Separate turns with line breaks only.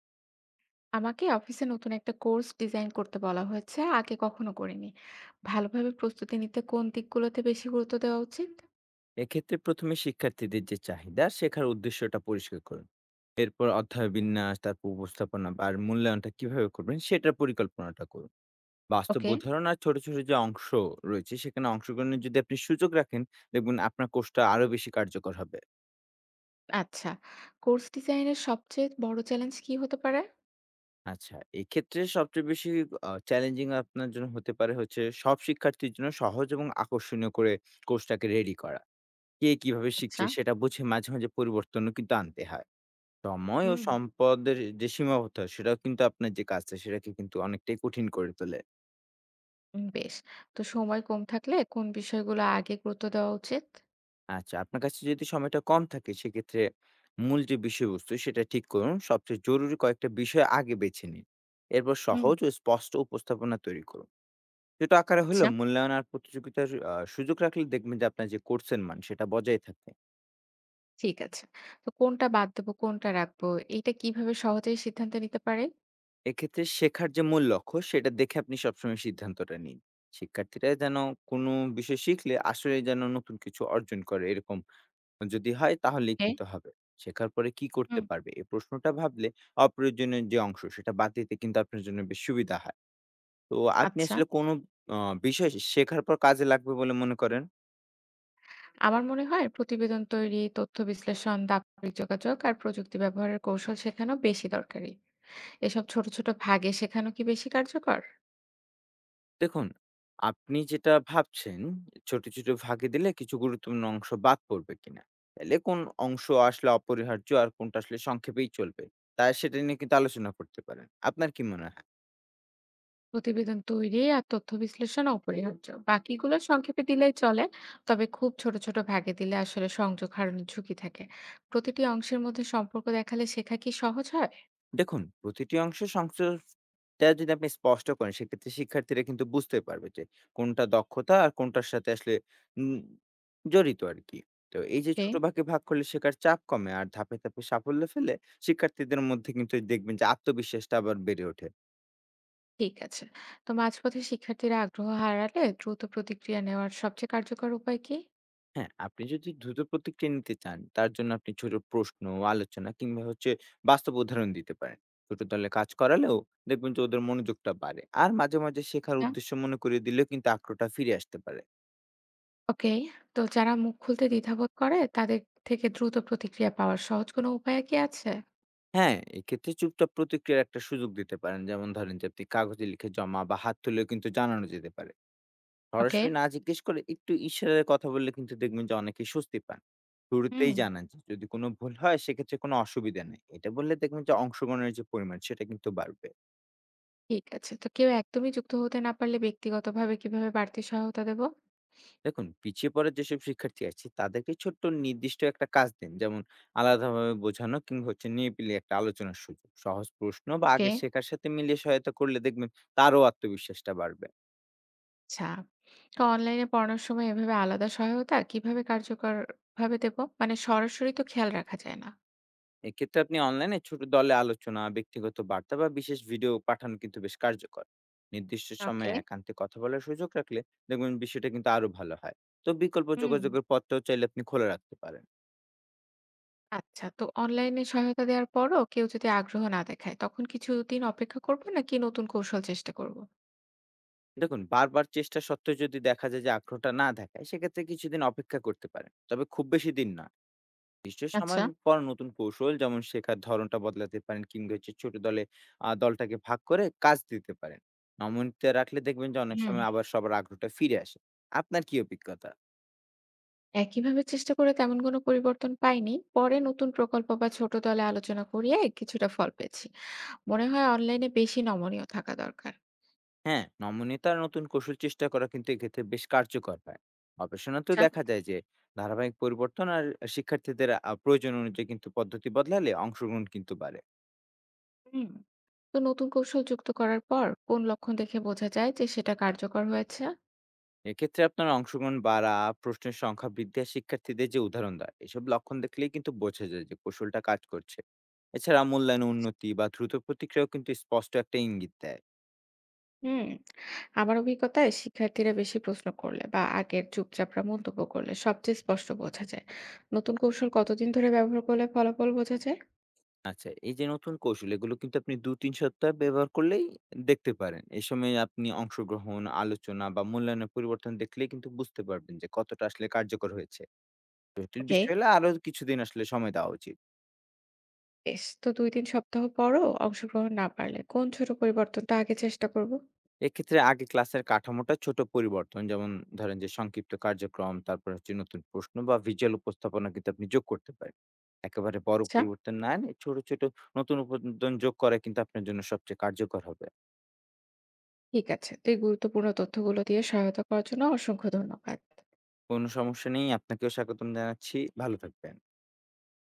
আমাকে অফিসে নতুন একটা কোর্স ডিজাইন করতে বলা হয়েছে, আগে কখনো করিনি। ভালোভাবে প্রস্তুতি নিতে কোন দিকগুলোতে বেশি গুরুত্ব দেওয়া উচিত?
এক্ষেত্রে প্রথমে শিক্ষার্থীদের যে চাহিদা শেখার উদ্দেশ্যটা পরিষ্কার করুন। এরপর অধ্যায় বিন্যাস, তারপর উপস্থাপনা বা আর মূল্যায়নটা কিভাবে করবেন সেটার পরিকল্পনাটা করুন। বাস্তব
ওকে।
উদাহরণ আর ছোট ছোট যে অংশ রয়েছে সেখানে অংশগ্রহণের যদি আপনি সুযোগ রাখেন, দেখবেন আপনার কোর্সটা আরো বেশি কার্যকর হবে।
আচ্ছা, কোর্স ডিজাইনের সবচেয়ে বড় চ্যালেঞ্জ কি হতে পারে?
আচ্ছা, এক্ষেত্রে সবচেয়ে বেশি চ্যালেঞ্জিং আপনার জন্য হতে পারে হচ্ছে সব শিক্ষার্থীর জন্য সহজ এবং আকর্ষণীয় করে কোর্সটাকে রেডি করা। কে কিভাবে
আচ্ছা।
শিখছে সেটা বুঝে মাঝে মাঝে পরিবর্তনও কিন্তু আনতে হয়। সময় ও
হুম।
সম্পদের যে সীমাবদ্ধতা সেটাও কিন্তু আপনার যে কাজটা সেটাকে কিন্তু অনেকটাই কঠিন করে তোলে।
বেশ। তো সময় কম থাকলে কোন বিষয়গুলো আগে গুরুত্ব দেওয়া উচিত?
আচ্ছা, আপনার কাছে যদি সময়টা কম থাকে, সেক্ষেত্রে মূল যে বিষয়বস্তু সেটা ঠিক করুন। সবচেয়ে জরুরি কয়েকটা বিষয় আগে বেছে নিন। এরপর
হুম।
সহজ ও স্পষ্ট উপস্থাপনা তৈরি করুন। ছোট আকারে
আচ্ছা।
হলেও মূল্যায়ন আর প্রতিযোগিতার সুযোগ রাখলে দেখবেন যে আপনার যে কোর্সের মান সেটা বজায় থাকে।
ঠিক আছে। তো কোনটা বাদ দেবো, কোনটা রাখবো, এটা কিভাবে সহজেই সিদ্ধান্ত নিতে পারে?
এক্ষেত্রে শেখার যে মূল লক্ষ্য সেটা দেখে আপনি সবসময় সিদ্ধান্তটা নিন। শিক্ষার্থীরা যেন কোনো বিষয় শিখলে আসলে যেন নতুন কিছু অর্জন করে, এরকম যদি হয় তাহলেই
ওকে।
কিন্তু হবে। শেখার পরে কি করতে
হুম।
পারবে? এই প্রশ্নটা ভাবলে অপ্রয়োজনীয় যে অংশ সেটা বাদ দিতে কিন্তু আপনার জন্য বেশ সুবিধা হয়। তো আপনি
আচ্ছা,
আসলে কোন অ বিষয় শেখার পর কাজে লাগবে বলে মনে করেন?
আমার মনে হয় প্রতিবেদন তৈরি, তথ্য বিশ্লেষণ, দাপ্তরিক যোগাযোগ আর প্রযুক্তি ব্যবহারের কৌশল শেখানো বেশি দরকারি। এসব ছোট ছোট ভাগে শেখানো কি বেশি কার্যকর?
দেখুন, আপনি যেটা ভাবছেন ছোট, ছোট ভাগে দিলে কিছু গুরুত্বপূর্ণ অংশ বাদ পড়বে কিনা? তাইলে কোন অংশ আসলে অপরিহার্য আর কোনটা আসলে সংক্ষেপেই চলবে। তা সেটা নিয়ে কিন্তু আলোচনা করতে পারেন। আপনার কি মনে হয়?
প্রতিবেদন তৈরি আর তথ্য বিশ্লেষণ অপরিহার্য, বাকিগুলো সংক্ষেপে দিলেই চলে। তবে খুব ছোট ছোট ভাগে দিলে আসলে সংযোগ হারানোর ঝুঁকি থাকে। প্রতিটি অংশের মধ্যে সম্পর্ক দেখালে শেখা কি সহজ হয়?
দেখুন, প্রতিটি অংশ সংশ্লিষ্টটা যদি আপনি স্পষ্ট করেন, সেক্ষেত্রে শিক্ষার্থীরা কিন্তু বুঝতে পারবে যে কোনটা দক্ষতা আর কোনটার সাথে আসলে উম, জড়িত আর কি। তো এই যে
ওকে।
ছোট ভাগে ভাগ করলে শেখার চাপ কমে আর ধাপে ধাপে সাফল্য ফেলে শিক্ষার্থীদের মধ্যে কিন্তু দেখবেন যে আত্মবিশ্বাসটা আবার বেড়ে ওঠে।
ঠিক আছে। তো মাঝপথে শিক্ষার্থীরা আগ্রহ হারালে দ্রুত প্রতিক্রিয়া নেওয়ার সবচেয়ে কার্যকর উপায় কি?
হ্যাঁ, আপনি যদি দ্রুত প্রতিক্রিয়া নিতে চান তার জন্য আপনি ছোট প্রশ্ন, আলোচনা কিংবা হচ্ছে বাস্তব উদাহরণ দিতে পারেন। ছোট দলে কাজ করালেও দেখবেন যে ওদের মনোযোগটা বাড়ে আর মাঝে মাঝে শেখার উদ্দেশ্য মনে করিয়ে দিলেও কিন্তু আগ্রহটা ফিরে আসতে পারে।
ওকে। তো যারা মুখ খুলতে দ্বিধাবোধ করে তাদের থেকে দ্রুত প্রতিক্রিয়া পাওয়ার সহজ কোনো উপায় কি আছে?
হ্যাঁ, এক্ষেত্রে চুপচাপ প্রতিক্রিয়ার একটা সুযোগ দিতে পারেন। যেমন ধরেন যে আপনি কাগজে লিখে জমা বা হাত তুলেও কিন্তু জানানো যেতে পারে।
ওকে।
সরাসরি না জিজ্ঞেস করে একটু ইশারায় কথা বললে কিন্তু দেখবেন যে অনেকেই স্বস্তি পান।
হুম।
শুরুতেই জানান যে যদি কোনো ভুল হয় সেক্ষেত্রে কোনো অসুবিধা নেই। এটা বললে দেখবেন যে অংশগ্রহণের যে পরিমাণ সেটা কিন্তু বাড়বে।
ঠিক আছে। তো কেউ একদমই যুক্ত হতে না পারলে ব্যক্তিগতভাবে কিভাবে বাড়তি সহায়তা দেব?
দেখুন, পিছিয়ে পড়া যেসব শিক্ষার্থী আছে তাদেরকে ছোট্ট নির্দিষ্ট একটা কাজ দিন। যেমন আলাদাভাবে বোঝানো কিংবা হচ্ছে নিরিবিলি একটা আলোচনার সুযোগ। সহজ প্রশ্ন বা
ওকে।
আগের শেখার সাথে মিলিয়ে সহায়তা করলে দেখবেন তারও আত্মবিশ্বাসটা বাড়বে।
আচ্ছা। তো অনলাইনে পড়ানোর সময় এভাবে আলাদা সহায়তা কিভাবে কার্যকরভাবে দেব? মানে সরাসরি তো খেয়াল রাখা যায় না।
এক্ষেত্রে আপনি অনলাইনে ছোট দলে আলোচনা, ব্যক্তিগত বার্তা বা বিশেষ ভিডিও পাঠানো কিন্তু বেশ কার্যকর। নির্দিষ্ট
ওকে।
সময়ে একান্তে কথা বলার সুযোগ রাখলে দেখবেন বিষয়টা কিন্তু আরো ভালো হয়। তো বিকল্প
হুম।
যোগাযোগের পথটাও চাইলে আপনি খোলা রাখতে পারেন।
আচ্ছা। তো অনলাইনে সহায়তা দেওয়ার পরও কেউ যদি আগ্রহ না দেখায়, তখন কিছুদিন অপেক্ষা করব নাকি নতুন কৌশল চেষ্টা করব?
দেখুন, বারবার চেষ্টা সত্ত্বেও যদি দেখা যায় যে আগ্রহটা না দেখায়, সেক্ষেত্রে কিছুদিন অপেক্ষা করতে পারেন। তবে খুব বেশি দিন নয়। নির্দিষ্ট
আচ্ছা।
সময়ের পর নতুন কৌশল, যেমন শেখার ধরনটা বদলাতে পারেন কিংবা হচ্ছে ছোট দলে দলটাকে ভাগ করে কাজ দিতে পারেন। নমনীয়তা রাখলে দেখবেন যে অনেক
হুম।
সময় আবার সবার আগ্রহটা ফিরে আসে। আপনার কি অভিজ্ঞতা?
একইভাবে চেষ্টা করে তেমন কোনো পরিবর্তন পাইনি, পরে নতুন প্রকল্প বা ছোট দলে আলোচনা করিয়ে কিছুটা ফল পেয়েছি। মনে হয় অনলাইনে বেশি নমনীয় থাকা দরকার।
হ্যাঁ, নমনীয়তা আর নতুন কৌশল চেষ্টা করা কিন্তু এক্ষেত্রে বেশ কার্যকর হয়। গবেষণাতেও
আচ্ছা।
দেখা যায় যে ধারাবাহিক পরিবর্তন আর শিক্ষার্থীদের প্রয়োজন অনুযায়ী কিন্তু পদ্ধতি বদলালে অংশগ্রহণ কিন্তু বাড়ে।
হুম। তো নতুন কৌশল যুক্ত করার পর কোন লক্ষণ দেখে বোঝা যায় যে সেটা কার্যকর হয়েছে?
এক্ষেত্রে আপনার অংশগ্রহণ বাড়া, প্রশ্নের সংখ্যা বৃদ্ধি আর শিক্ষার্থীদের যে উদাহরণ দেয়, এসব লক্ষণ দেখলেই কিন্তু বোঝা যায় যে কৌশলটা কাজ করছে। এছাড়া মূল্যায়ন উন্নতি বা দ্রুত প্রতিক্রিয়াও কিন্তু স্পষ্ট একটা ইঙ্গিত দেয়।
হুম। আমার অভিজ্ঞতায় শিক্ষার্থীরা বেশি প্রশ্ন করলে বা আগের চুপচাপরা মন্তব্য করলে সবচেয়ে স্পষ্ট বোঝা যায়। নতুন কৌশল কতদিন ধরে ব্যবহার করলে ফলাফল বোঝা যায়?
আচ্ছা, এই যে নতুন কৌশল, এগুলো কিন্তু আপনি ২-৩ সপ্তাহ ব্যবহার করলেই দেখতে পারেন। এই সময় আপনি অংশগ্রহণ, আলোচনা বা মূল্যায়নের পরিবর্তন দেখলেই কিন্তু বুঝতে পারবেন যে কতটা আসলে কার্যকর হয়েছে। জটিল
ওকে।
বিষয় হলে আরো কিছুদিন আসলে সময় দেওয়া উচিত।
বেশ! তো ২-৩ সপ্তাহ পরও অংশগ্রহণ না পারলে কোন ছোট পরিবর্তনটা আগে চেষ্টা করব?
এক্ষেত্রে আগে ক্লাসের কাঠামোটা ছোট পরিবর্তন, যেমন ধরেন যে সংক্ষিপ্ত কার্যক্রম, তারপর হচ্ছে নতুন প্রশ্ন বা ভিজুয়াল উপস্থাপনা কিন্তু আপনি যোগ করতে পারেন। একেবারে বড়
আচ্ছা,
পরিবর্তন না এনে ছোট ছোট নতুন উপাদান যোগ করা কিন্তু আপনার জন্য সবচেয়ে কার্যকর হবে।
ঠিক আছে। তো এই গুরুত্বপূর্ণ তথ্যগুলো দিয়ে সহায়তা করার জন্য অসংখ্য ধন্যবাদ।
কোনো সমস্যা নেই, আপনাকেও স্বাগতম জানাচ্ছি। ভালো থাকবেন।